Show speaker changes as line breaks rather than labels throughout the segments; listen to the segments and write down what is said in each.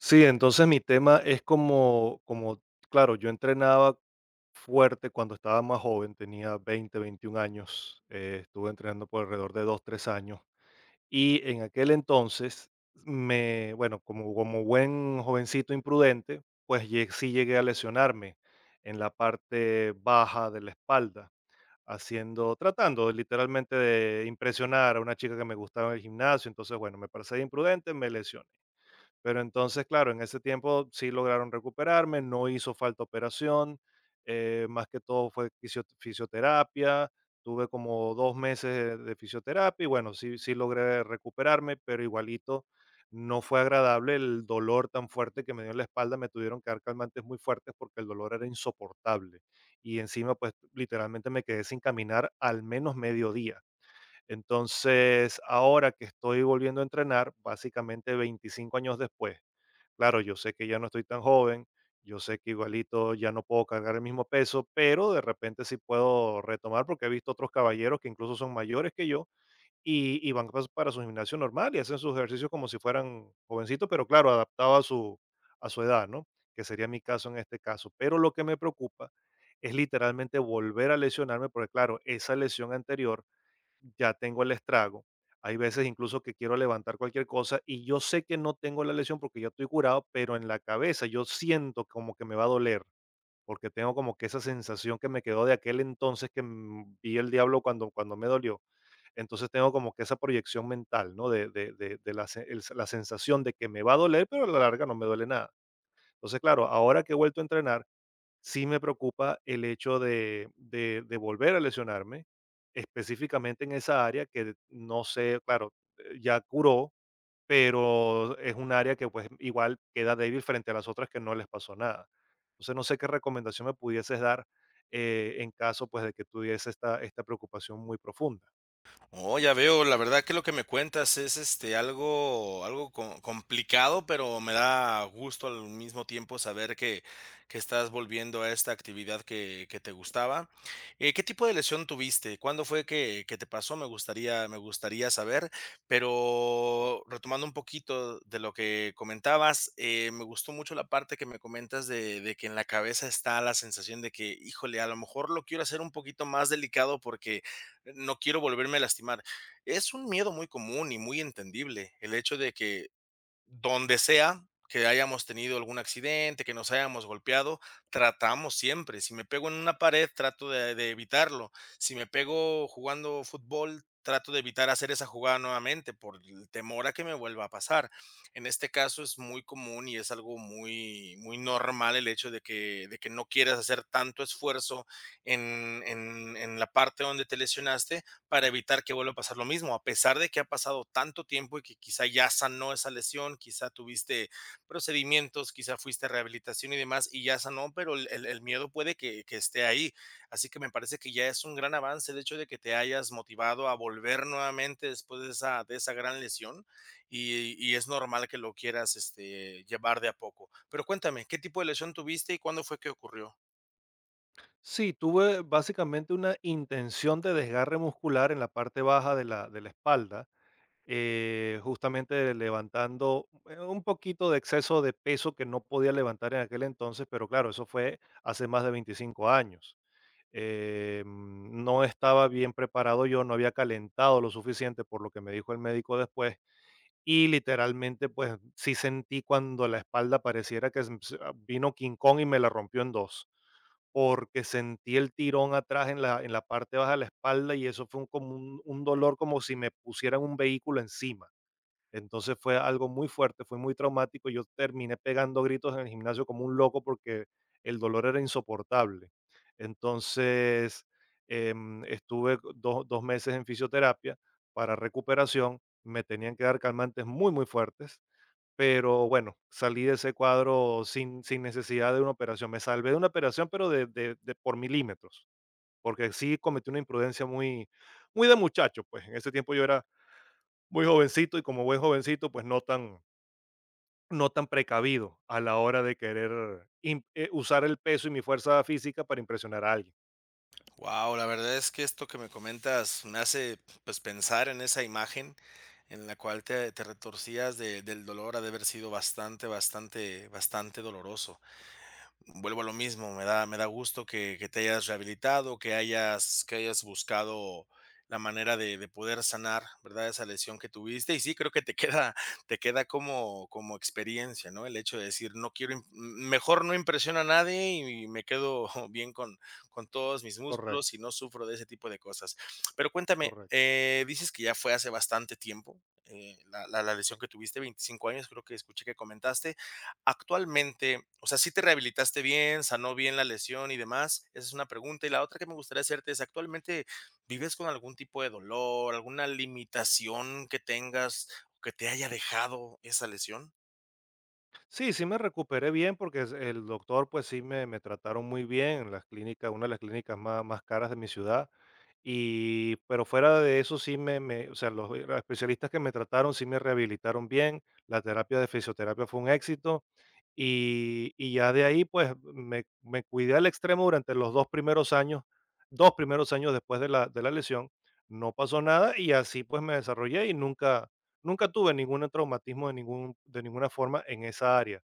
Sí, entonces mi tema es como claro, yo entrenaba fuerte cuando estaba más joven, tenía 20, 21 años, estuve entrenando por alrededor de 2, 3 años. Y en aquel entonces me bueno, como buen jovencito imprudente, pues lle sí llegué a lesionarme en la parte baja de la espalda, haciendo tratando literalmente de impresionar a una chica que me gustaba en el gimnasio. Entonces, bueno, me parecía imprudente, me lesioné. Pero entonces, claro, en ese tiempo sí lograron recuperarme, no hizo falta operación, más que todo fue fisioterapia, tuve como dos meses de fisioterapia y bueno, sí, sí logré recuperarme, pero igualito no fue agradable el dolor tan fuerte que me dio en la espalda, me tuvieron que dar calmantes muy fuertes porque el dolor era insoportable y encima pues literalmente me quedé sin caminar al menos medio día. Entonces, ahora que estoy volviendo a entrenar, básicamente 25 años después, claro, yo sé que ya no estoy tan joven, yo sé que igualito ya no puedo cargar el mismo peso, pero de repente sí puedo retomar porque he visto otros caballeros que incluso son mayores que yo y van para su gimnasio normal y hacen sus ejercicios como si fueran jovencitos, pero claro, adaptado a a su edad, ¿no? Que sería mi caso en este caso. Pero lo que me preocupa es literalmente volver a lesionarme porque claro, esa lesión anterior ya tengo el estrago. Hay veces incluso que quiero levantar cualquier cosa y yo sé que no tengo la lesión porque ya estoy curado, pero en la cabeza yo siento como que me va a doler, porque tengo como que esa sensación que me quedó de aquel entonces que vi el diablo cuando me dolió. Entonces tengo como que esa proyección mental, ¿no? De la, se- el- la sensación de que me va a doler, pero a la larga no me duele nada. Entonces, claro, ahora que he vuelto a entrenar, sí me preocupa el hecho de volver a lesionarme, específicamente en esa área que no sé, claro, ya curó, pero es un área que, pues, igual queda débil frente a las otras que no les pasó nada. Entonces, no sé qué recomendación me pudieses dar, en caso, pues, de que tuviese esta preocupación muy profunda.
Oh, ya veo. La verdad que lo que me cuentas es algo, complicado, pero me da gusto al mismo tiempo saber que estás volviendo a esta actividad que te gustaba. ¿Qué tipo de lesión tuviste? ¿Cuándo fue que te pasó? Me gustaría saber, pero retomando un poquito de lo que comentabas, me gustó mucho la parte que me comentas de que en la cabeza está la sensación de que, híjole, a lo mejor lo quiero hacer un poquito más delicado porque no quiero volverme a lastimar. Es un miedo muy común y muy entendible, el hecho de que donde sea que hayamos tenido algún accidente, que nos hayamos golpeado, tratamos siempre. Si me pego en una pared, trato de evitarlo. Si me pego jugando fútbol, trato de evitar hacer esa jugada nuevamente por el temor a que me vuelva a pasar. En este caso es muy común y es algo muy, muy normal el hecho de que no quieras hacer tanto esfuerzo en, en la parte donde te lesionaste, para evitar que vuelva a pasar lo mismo, a pesar de que ha pasado tanto tiempo y que quizá ya sanó esa lesión, quizá tuviste procedimientos, quizá fuiste a rehabilitación y demás y ya sanó, pero el miedo puede que esté ahí. Así que me parece que ya es un gran avance el hecho de que te hayas motivado a volver nuevamente después de esa gran lesión, y es normal que lo quieras llevar de a poco. Pero cuéntame, ¿qué tipo de lesión tuviste y cuándo fue que ocurrió?
Sí, tuve básicamente una intención de desgarre muscular en la parte baja de la espalda, justamente levantando un poquito de exceso de peso que no podía levantar en aquel entonces, pero claro, eso fue hace más de 25 años. No estaba bien preparado yo, no había calentado lo suficiente por lo que me dijo el médico después y literalmente pues sí sentí cuando la espalda pareciera que vino King Kong y me la rompió en dos porque sentí el tirón atrás en en la parte baja de la espalda y eso fue como un dolor como si me pusieran un vehículo encima, entonces fue algo muy fuerte, fue muy traumático. Yo terminé pegando gritos en el gimnasio como un loco porque el dolor era insoportable. Entonces estuve dos meses en fisioterapia para recuperación. Me tenían que dar calmantes muy, muy fuertes. Pero bueno, salí de ese cuadro sin necesidad de una operación. Me salvé de una operación, pero de por milímetros, porque sí cometí una imprudencia muy, muy de muchacho. Pues en ese tiempo yo era muy jovencito y como buen jovencito, pues no no tan precavido a la hora de querer usar el peso y mi fuerza física para impresionar a alguien.
Wow, la verdad es que esto que me comentas me hace pues pensar en esa imagen en la cual te, del dolor. Ha de haber sido bastante, bastante, bastante doloroso. Vuelvo a lo mismo, me da gusto que te hayas rehabilitado, que hayas buscado la manera de poder sanar, ¿verdad?, esa lesión que tuviste. Y sí, creo que te queda, te queda como como experiencia, ¿no? El hecho de decir: "No quiero im Mejor no impresiono a nadie y me quedo bien con todos mis músculos
Correcto,
y no sufro de ese tipo de cosas". Pero cuéntame,
correcto.
dices que ya fue hace bastante tiempo, la lesión que tuviste, 25 años, creo que escuché que comentaste. Actualmente, o sea, ¿si te rehabilitaste bien, sanó bien la lesión y demás? Esa es una pregunta. Y la otra que me gustaría hacerte es, ¿actualmente vives con algún tipo de dolor, alguna limitación que tengas o que te haya dejado esa lesión?
Sí, sí me recuperé bien porque el doctor pues sí me trataron muy bien en las clínicas, una de las clínicas más, más caras de mi ciudad. Y, pero fuera de eso sí me me o sea, los especialistas que me trataron sí me rehabilitaron bien, la terapia de fisioterapia fue un éxito, y ya de ahí, pues, me cuidé al extremo durante los 2 primeros años después de la lesión, no pasó nada y así, pues, me desarrollé y nunca nunca tuve ningún traumatismo de ningún de ninguna forma en esa área.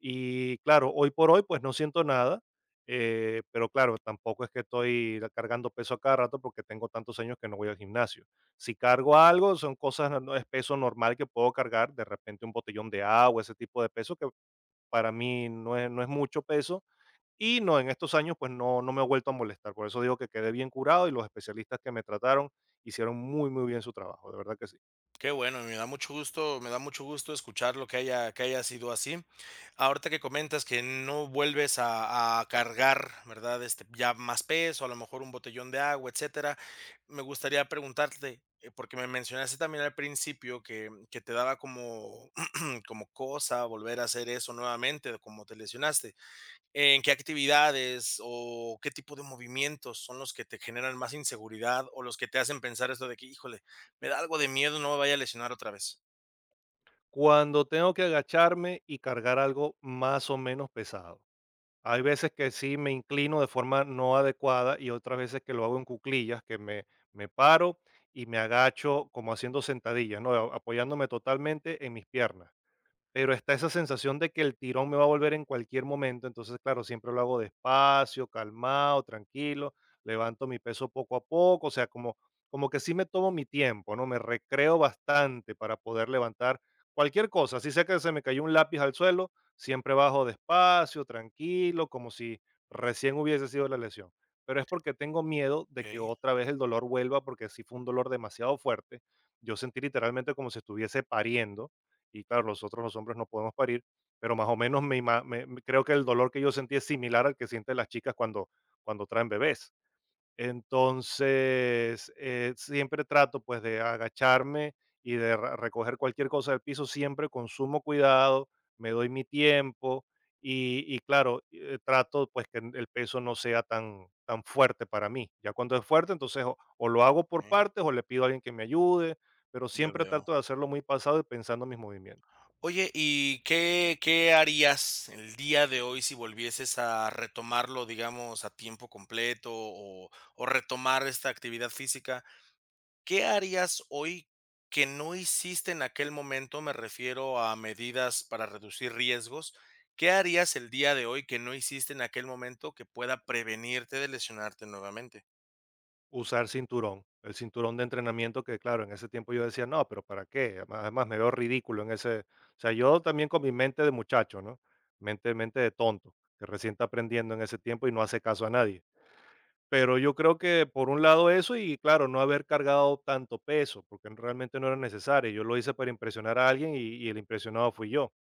Y claro, hoy por hoy, pues, no siento nada. Pero claro, tampoco es que estoy cargando peso a cada rato porque tengo tantos años que no voy al gimnasio. Si cargo algo, son cosas, no es peso normal que puedo cargar, de repente un botellón de agua, ese tipo de peso que para mí no es, no es mucho peso. Y no, en estos años pues no, no me he vuelto a molestar. Por eso digo que quedé bien curado y los especialistas que me trataron hicieron muy, muy bien su trabajo, de verdad que sí.
Qué bueno, me da mucho gusto, me da mucho gusto escucharlo, que haya sido así. Ahorita que comentas que no vuelves a cargar, ¿verdad? Este, ya más peso, a lo mejor un botellón de agua, etcétera. Me gustaría preguntarte, porque me mencionaste también al principio que te daba como como cosa volver a hacer eso nuevamente, de como te lesionaste. ¿En qué actividades o qué tipo de movimientos son los que te generan más inseguridad o los que te hacen pensar esto de que: "Híjole, me da algo de miedo, no me vaya a lesionar otra vez"?
Cuando tengo que agacharme y cargar algo más o menos pesado. Hay veces que sí me inclino de forma no adecuada y otras veces que lo hago en cuclillas, me paro y me agacho como haciendo sentadillas, ¿no? Apoyándome totalmente en mis piernas. Pero está esa sensación de que el tirón me va a volver en cualquier momento, entonces, claro, siempre lo hago despacio, calmado, tranquilo, levanto mi peso poco a poco, o sea, como que sí me tomo mi tiempo, ¿no? Me recreo bastante para poder levantar cualquier cosa. Si sé que se me cayó un lápiz al suelo, siempre bajo despacio, tranquilo, como si recién hubiese sido la lesión. Pero es porque tengo miedo de que
Okey,
otra vez el dolor vuelva, porque sí fue un dolor demasiado fuerte. Yo sentí literalmente como si estuviese pariendo y claro, nosotros los hombres no podemos parir, pero más o menos me ima- me- me- creo que el dolor que yo sentí es similar al que sienten las chicas cuando traen bebés. Entonces, siempre trato pues de agacharme y de recoger cualquier cosa del piso, siempre con sumo cuidado, me doy mi tiempo y claro, trato pues que el peso no sea tan, tan fuerte para mí. Ya cuando es fuerte, entonces o lo hago por
mm,
partes o le pido a alguien que me ayude, pero
ya
siempre
veo.
trato de hacerlo muy pasado y pensando en mis movimientos.
Oye, ¿y qué qué harías el día de hoy si volvieses a retomarlo, digamos, a tiempo completo o retomar esta actividad física? ¿Qué harías hoy que no hiciste en aquel momento? Me refiero a medidas para reducir riesgos. ¿Qué harías el día de hoy que no hiciste en aquel momento que pueda prevenirte de lesionarte nuevamente?
Usar cinturón, el cinturón de entrenamiento que, claro, en ese tiempo yo decía: "No, pero ¿para qué?". Además me veo ridículo en ese o sea, yo también con mi mente de muchacho, ¿no? Mente de tonto, que recién está aprendiendo en ese tiempo y no hace caso a nadie. Pero yo creo que por un lado eso y claro, no haber cargado tanto peso, porque realmente no era necesario. Yo lo hice para impresionar a alguien y el impresionado fui yo.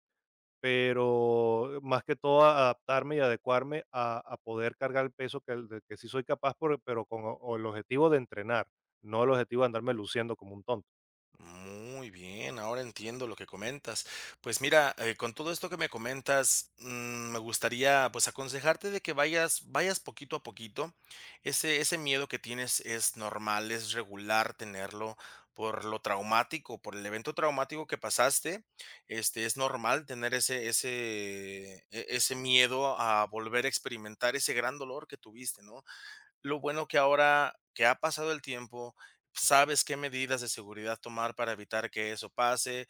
Pero más que todo adaptarme y adecuarme a poder cargar el peso que del que sí soy capaz, por pero con o el objetivo de entrenar, no el objetivo de andarme luciendo como un tonto.
Muy bien, ahora entiendo lo que comentas. Pues mira, con todo esto que me comentas, me gustaría pues aconsejarte de que vayas, vayas poquito a poquito. Ese miedo que tienes es normal, es regular tenerlo por lo traumático, por el evento traumático que pasaste. Este, es normal tener ese, ese miedo a volver a experimentar ese gran dolor que tuviste, ¿no? Lo bueno que ahora que ha pasado el tiempo, sabes qué medidas de seguridad tomar para evitar que eso pase.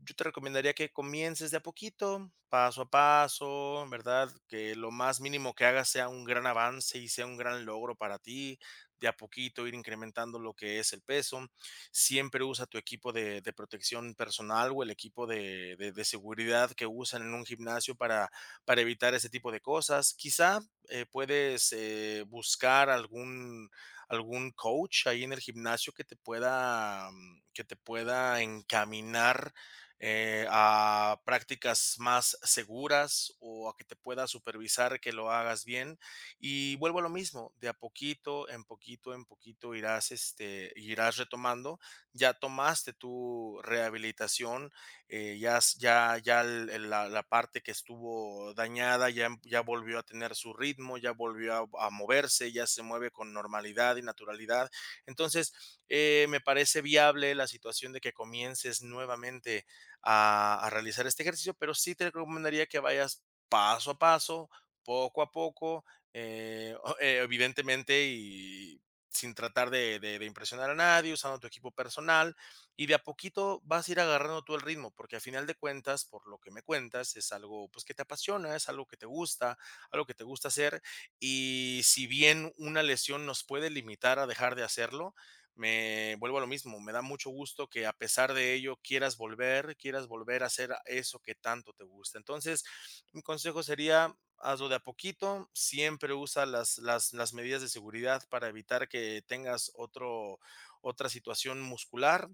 Yo te recomendaría que comiences de a poquito, paso a paso, ¿verdad? Que lo más mínimo que hagas sea un gran avance y sea un gran logro para ti. De a poquito ir incrementando lo que es el peso. Siempre usa tu equipo de protección personal o el equipo de seguridad que usan en un gimnasio para evitar ese tipo de cosas. Quizá puedes buscar algún, algún coach ahí en el gimnasio que te pueda, que te pueda encaminar, a prácticas más seguras o a que te pueda supervisar que lo hagas bien. Y vuelvo a lo mismo, de a poquito, en poquito, en poquito irás, irás retomando. Ya tomaste tu rehabilitación, ya, ya, ya la, la parte que estuvo dañada ya, ya volvió a tener su ritmo, ya volvió a moverse, ya se mueve con normalidad y naturalidad. Entonces, me parece viable la situación de que comiences nuevamente a realizar este ejercicio, pero sí te recomendaría que vayas paso a paso, poco a poco, evidentemente y sin tratar de impresionar a nadie, usando tu equipo personal, y de a poquito vas a ir agarrando tú el ritmo, porque a final de cuentas, por lo que me cuentas, es algo pues que te apasiona, es algo que te gusta, algo que te gusta hacer. Y si bien una lesión nos puede limitar a dejar de hacerlo, me vuelvo a lo mismo, me da mucho gusto que a pesar de ello quieras volver a hacer eso que tanto te gusta. Entonces, mi consejo sería, hazlo de a poquito, siempre usa las medidas de seguridad para evitar que tengas otro, otra situación muscular.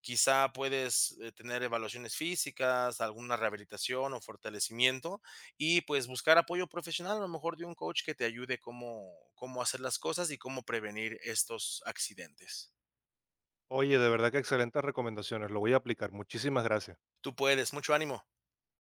Quizá puedes tener evaluaciones físicas, alguna rehabilitación o fortalecimiento, y pues buscar apoyo profesional, a lo mejor de un coach que te ayude cómo, cómo hacer las cosas y cómo prevenir estos accidentes.
Oye, de verdad que excelentes recomendaciones, lo voy a aplicar. Muchísimas gracias.
Tú puedes, mucho ánimo.